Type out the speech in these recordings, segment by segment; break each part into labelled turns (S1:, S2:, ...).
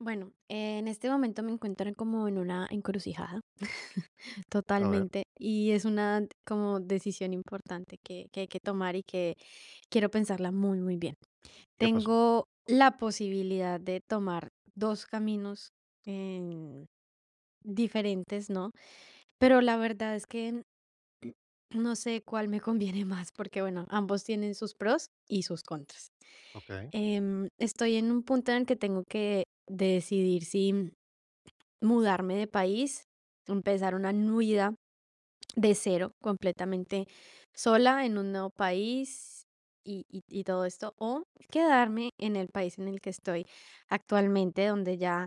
S1: Bueno, en este momento me encuentro como en una encrucijada,
S2: A ver,
S1: totalmente, y es una como decisión importante que hay que tomar y que quiero pensarla muy, muy bien.
S2: ¿qué pasó?
S1: Tengo la posibilidad de tomar dos caminos en- diferentes, ¿no? Pero la verdad es que no sé cuál me conviene más, porque bueno, ambos tienen sus pros y sus contras.
S2: Okey,
S1: Estoy en un punto en el que tengo que decidir si mudarme de país, empezar una vida de cero, completamente sola en un nuevo país y todo esto, o quedarme en el país en el que estoy actualmente, donde ya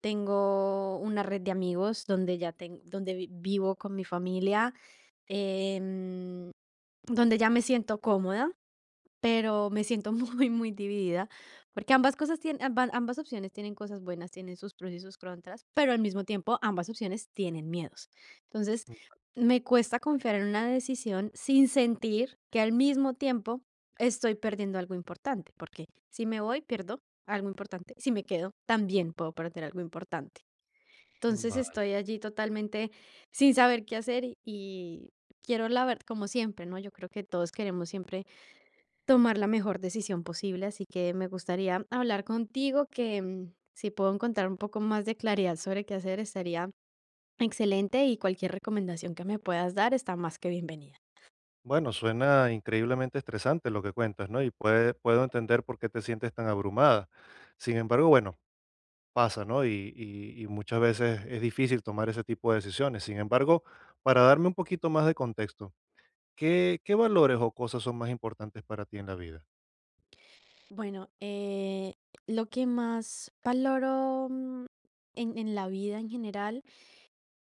S1: tengo una red de amigos, donde ya tengo, donde vivo con mi familia, em, donde ya me siento cómoda, pero me siento muy, muy dividida, porque ambas opciones tienen cosas buenas, tienen sus pros y sus contras, pero al mismo tiempo ambas opciones tienen miedos. Entonces, me cuesta confiar en una decisión sin sentir que al mismo tiempo estoy perdiendo algo importante, porque si me voy, pierdo algo importante; si me quedo, también puedo perder algo importante. Entonces
S2: vale.
S1: estoy allí totalmente sin saber qué hacer, y quiero la verdad, como siempre, ¿no? Yo creo que todos queremos siempre tomar la mejor decisión posible, así que me gustaría hablar contigo, que si puedo encontrar un poco más de claridad sobre qué hacer, estaría excelente, y cualquier recomendación que me puedas dar está más que bienvenida.
S2: Bueno, suena increíblemente estresante lo que cuentas, ¿no? Y puede puedo entender por qué te sientes tan abrumada. Sin embargo, bueno, pasa, ¿no? Y muchas veces es difícil tomar ese tipo de decisiones. Sin embargo, para darme un poquito más de contexto, ¿qué valores o cosas son más importantes para ti en la vida?
S1: Bueno, lo que más valoro, en la vida en general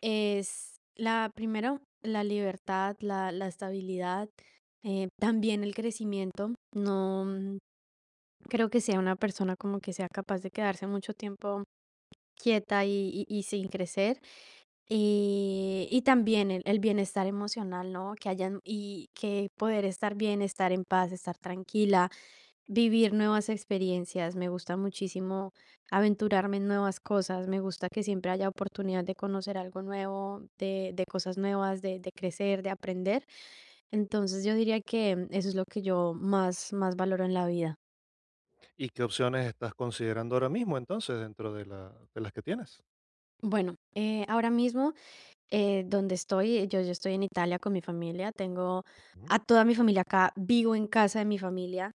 S1: es la, primero, la libertad, la estabilidad, también el crecimiento. No, creo que sea una persona como que sea capaz de quedarse mucho tiempo quieta y sin crecer. Y también el bienestar emocional, ¿no? Que hayan y que poder estar bien, estar en paz, estar tranquila, vivir nuevas experiencias. Me gusta muchísimo aventurarme en nuevas cosas. Me gusta que siempre haya oportunidad de conocer algo nuevo, de cosas nuevas, de crecer, de aprender. Entonces yo diría que eso es lo que yo más, más valoro en la vida.
S2: ¿Y qué opciones estás considerando ahora mismo, entonces, dentro de la de las que tienes?
S1: Bueno, ahora mismo. Donde estoy, yo estoy en Italia con mi familia, tengo
S2: Mm,
S1: a toda mi familia acá, vivo en casa de mi familia,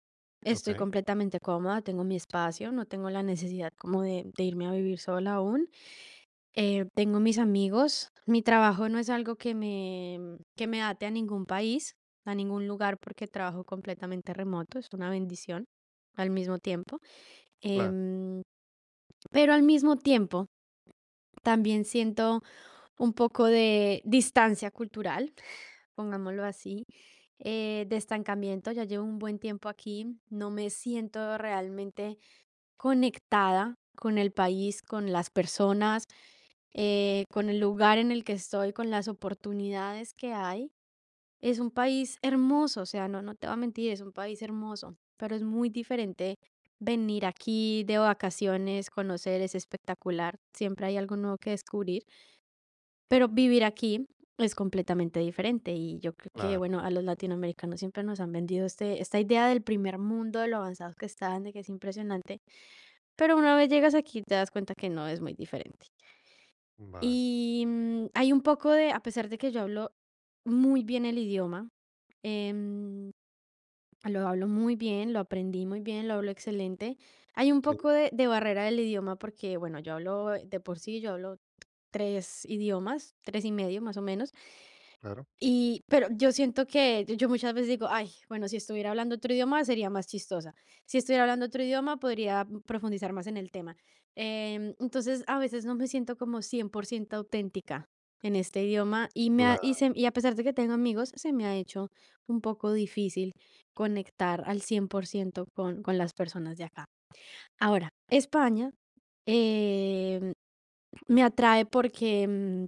S1: estoy
S2: okey,
S1: completamente cómoda, tengo mi espacio, no tengo la necesidad como de irme a vivir sola aún, tengo mis amigos, mi trabajo no es algo que me ate a ningún país, a ningún lugar, porque trabajo completamente remoto, es una bendición al mismo tiempo,
S2: claro,
S1: em, pero al mismo tiempo también siento un poco de distancia cultural, pongámoslo así, de estancamiento. Ya llevo un buen tiempo aquí, no me siento realmente conectada con el país, con las personas, con el lugar en el que estoy, con las oportunidades que hay. Es un país hermoso, o sea, no, no te voy a mentir, es un país hermoso, pero es muy diferente venir aquí de vacaciones, conocer, es espectacular, siempre hay algo nuevo que descubrir, pero vivir aquí es completamente diferente, y yo creo que,
S2: claro,
S1: bueno, a los latinoamericanos siempre nos han vendido esta idea del primer mundo, de lo avanzados que están, de que es impresionante, pero una vez llegas aquí te das cuenta que no es muy diferente.
S2: vale.
S1: Y hay un poco de, a pesar de que yo hablo muy bien el idioma, em, lo hablo muy bien, lo aprendí muy bien, lo hablo excelente, hay un
S2: Sí,
S1: poco de barrera del idioma, porque, bueno, yo hablo de por sí, yo hablo tres idiomas, tres y medio más o menos.
S2: claro,
S1: Y, pero yo siento que yo muchas veces digo, ay, bueno, si estuviera hablando otro idioma sería más chistosa. Si estuviera hablando otro idioma podría, profundizar más en el tema. Entonces, a veces no me siento como 100% auténtica en este idioma, y, me ha- y, se-
S2: claro,
S1: y a pesar de que tengo amigos, se me ha hecho un poco difícil conectar al 100% con las personas de acá. Ahora, España, em, me atrae porque,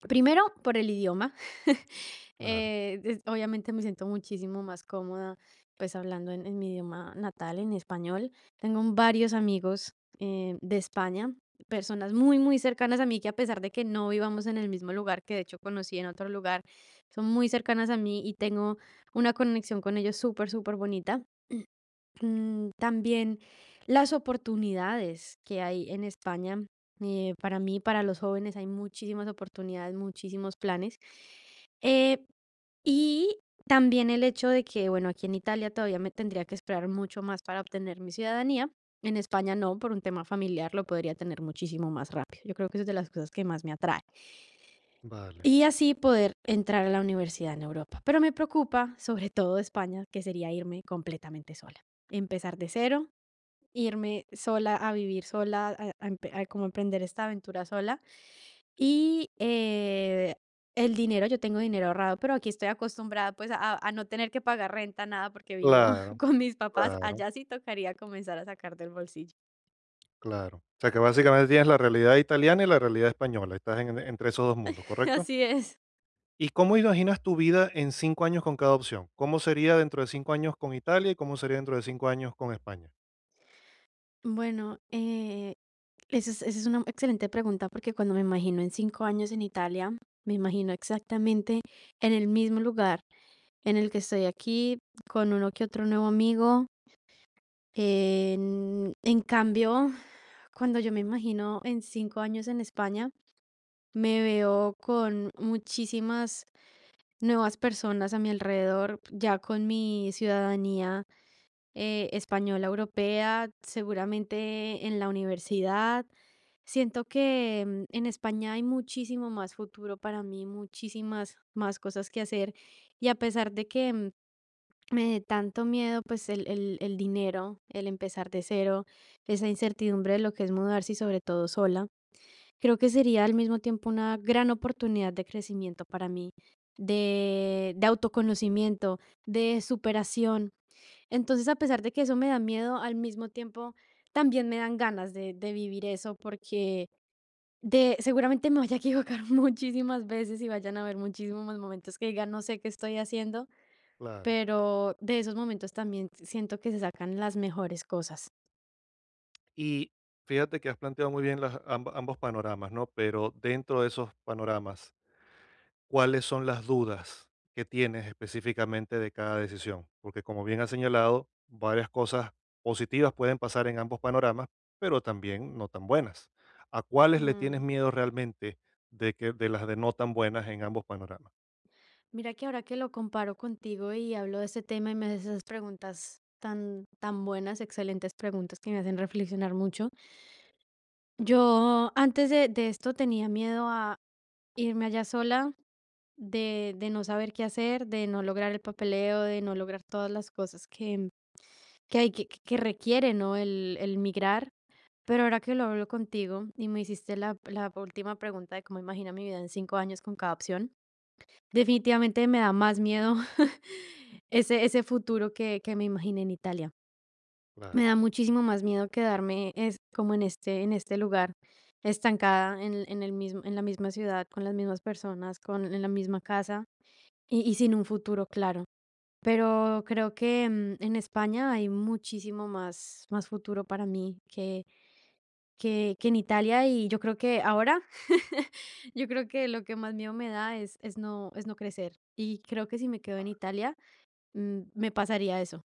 S1: primero, por el idioma.
S2: claro,
S1: Obviamente me siento muchísimo más cómoda pues hablando en mi idioma natal, en español. Tengo varios amigos de España, personas muy, muy cercanas a mí que, a pesar de que no vivamos en el mismo lugar, que de hecho conocí en otro lugar, son muy cercanas a mí, y tengo una conexión con ellos súper, súper bonita. También las oportunidades que hay en España, para mí, para los jóvenes, hay muchísimas oportunidades, muchísimos planes. Eh, y también el hecho de que, bueno, aquí en Italia todavía me tendría que esperar mucho más para obtener mi ciudadanía. En España no, por un tema familiar lo podría tener muchísimo más rápido. Yo creo que eso es de las cosas que más me atrae.
S2: vale.
S1: Y así poder entrar a la universidad en Europa. Pero me preocupa, sobre todo España, que sería irme completamente sola. Empezar de cero, irme sola a vivir sola, a empe a como emprender esta aventura sola. Y, el dinero, yo tengo dinero ahorrado, pero aquí estoy acostumbrada, pues, a no tener que pagar renta, nada, porque vivo
S2: Claro,
S1: con mis papás.
S2: claro,
S1: Allá sí tocaría comenzar a sacar del bolsillo.
S2: claro. O sea, que básicamente tienes la realidad italiana y la realidad española. Estás en entre esos 2 mundos, ¿correcto?
S1: Así es.
S2: ¿Y cómo imaginas tu vida en 5 años con cada opción? ¿Cómo sería dentro de 5 años con Italia y cómo sería dentro de 5 años con España?
S1: Bueno, esa es una excelente pregunta, porque cuando me imagino en 5 años en Italia, me imagino exactamente en el mismo lugar en el que estoy aquí, con uno que otro nuevo amigo. En cambio, cuando yo me imagino en 5 años en España, me veo con muchísimas nuevas personas a mi alrededor, ya con mi ciudadanía, española europea, seguramente en la universidad. Siento que, en España hay muchísimo más futuro para mí, muchísimas más cosas que hacer. Y a pesar de que, me de tanto miedo, pues, el dinero, el empezar de cero, esa incertidumbre de lo que es mudarse, y sobre todo sola. Creo que sería al mismo tiempo una gran oportunidad de crecimiento para mí, de autoconocimiento, de superación. Entonces, a pesar de que eso me da miedo, al mismo tiempo también me dan ganas de vivir eso, porque de seguramente me vaya a equivocar muchísimas veces y vayan a haber muchísimos momentos que diga: "No sé qué estoy haciendo",
S2: Claro.
S1: pero de esos momentos también siento que se sacan las mejores cosas.
S2: Y fíjate que has planteado muy bien las amba ambos panoramas, ¿no? Pero dentro de esos panoramas, ¿cuáles son las dudas que tienes específicamente de cada decisión? Porque como bien has señalado, varias cosas positivas pueden pasar en ambos panoramas, pero también no tan buenas. ¿A cuáles le tienes
S1: Mm,
S2: miedo realmente de que de las de no tan buenas en ambos panoramas?
S1: Mira que ahora que lo comparo contigo y hablo de este tema y me haces esas preguntas tan, tan buenas, excelentes preguntas que me hacen reflexionar mucho. Yo, antes de esto, tenía miedo a irme allá sola, de no saber qué hacer, de no lograr el papeleo, de no lograr todas las cosas que hay que requiere, ¿no? El migrar. Pero ahora que lo hablo contigo y me hiciste la última pregunta de cómo imagina mi vida en 5 años con cada opción, definitivamente me da más miedo ese futuro que me imaginé en Italia. Me
S2: Claro.
S1: da muchísimo más miedo quedarme, como en este lugar, estancada en el mismo, en la misma ciudad, con las mismas personas, con, en la misma casa y sin un futuro claro. Pero creo que, en España hay muchísimo más futuro para mí que en Italia, y yo creo que ahora, yo creo que lo que más miedo me da es no crecer, y creo que si me quedo en Italia, me pasaría eso.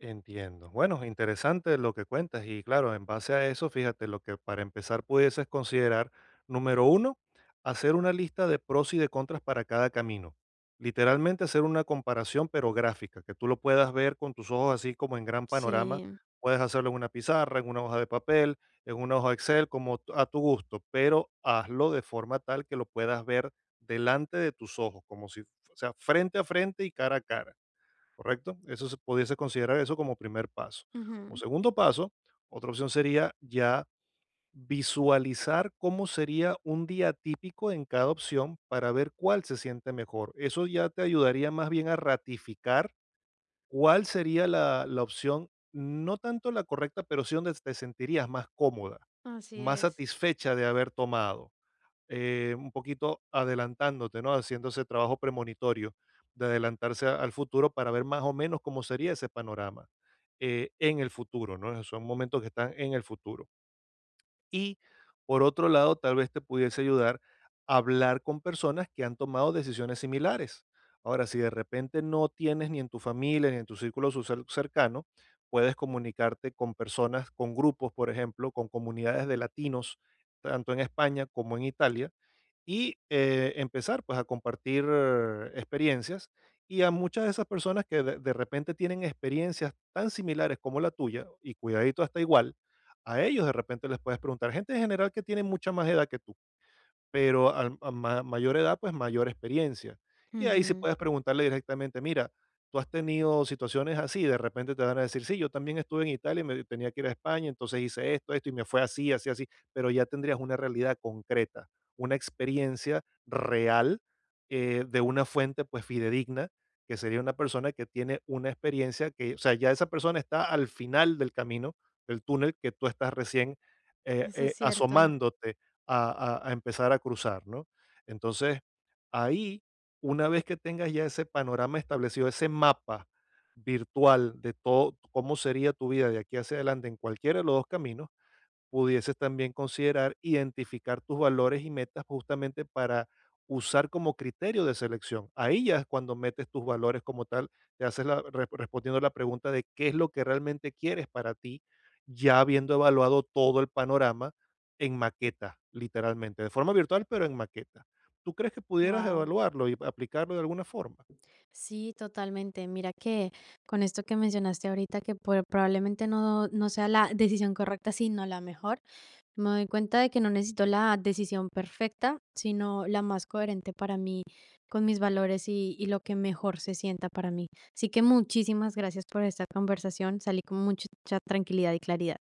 S2: Entiendo. Bueno, interesante lo que cuentas y claro, en base a eso, fíjate, lo que para empezar pudieses considerar, número uno, hacer una lista de pros y de contras para cada camino. Literalmente hacer una comparación, pero gráfica, que tú lo puedas ver con tus ojos así como en gran panorama.
S1: Sí,
S2: Puedes hacerlo en una pizarra, en una hoja de papel, en una hoja Excel, como t- a tu gusto, pero hazlo de forma tal que lo puedas ver delante de tus ojos, como si, o sea, frente a frente y cara a cara, ¿correcto? Eso se pudiese considerar eso como primer paso. Como
S1: ujú,
S2: segundo paso, otra opción sería ya visualizar cómo sería un día típico en cada opción para ver cuál se siente mejor. Eso ya te ayudaría más bien a ratificar cuál sería la opción, no tanto la correcta, pero sí donde te sentirías más cómoda,
S1: así
S2: más
S1: es.
S2: satisfecha de haber tomado un poquito adelantándote, ¿no? Haciendo ese trabajo premonitorio de adelantarse al futuro para ver más o menos cómo sería ese panorama en el futuro, ¿no? Son momentos que están en el futuro. Y por otro lado, tal vez te pudiese ayudar a hablar con personas que han tomado decisiones similares. Ahora, si de repente no tienes ni en tu familia ni en tu círculo social cercano, puedes comunicarte con personas, con grupos, por ejemplo, con comunidades de latinos, tanto en España como en Italia, y empezar pues a compartir experiencias y a muchas de esas personas que de repente tienen experiencias tan similares como la tuya y cuidadito hasta igual a ellos de repente les puedes preguntar, gente en general que tiene mucha más edad que tú. Pero al a ma mayor edad, pues, mayor experiencia. Y ahí sí
S1: Ujú,
S2: puedes preguntarle directamente: "Mira, ¿tú has tenido situaciones así?". De repente te van a decir: "Sí, yo también estuve en Italia y me tenía que ir a España, entonces hice esto, esto, y me fue así, así, así". Pero ya tendrías una realidad concreta, una experiencia real, de una fuente, pues, fidedigna, que sería una persona que tiene una experiencia que, o sea, ya esa persona está al final del camino, del túnel que tú estás recién,
S1: eso es cierto.
S2: asomándote a empezar a cruzar, ¿no? Entonces, ahí, una vez que tengas ya ese panorama establecido, ese mapa virtual de todo, cómo sería tu vida de aquí hacia adelante en cualquiera de los dos caminos, pudieses también considerar identificar tus valores y metas justamente para usar como criterio de selección. Ahí ya es cuando metes tus valores como tal, te haces respondiendo la pregunta de qué es lo que realmente quieres para ti, ya habiendo evaluado todo el panorama en maqueta, literalmente, de forma virtual, pero en maqueta. ¿Tú crees que pudieras
S1: Wow.
S2: evaluarlo y aplicarlo de alguna forma?
S1: Sí, totalmente. Mira que con esto que mencionaste ahorita, que por probablemente no sea la decisión correcta, sino la mejor. Me doy cuenta de que no necesito la decisión perfecta, sino la más coherente para mí, con mis valores, y lo que mejor se sienta para mí. Así que muchísimas gracias por esta conversación. Salí con mucha tranquilidad y claridad.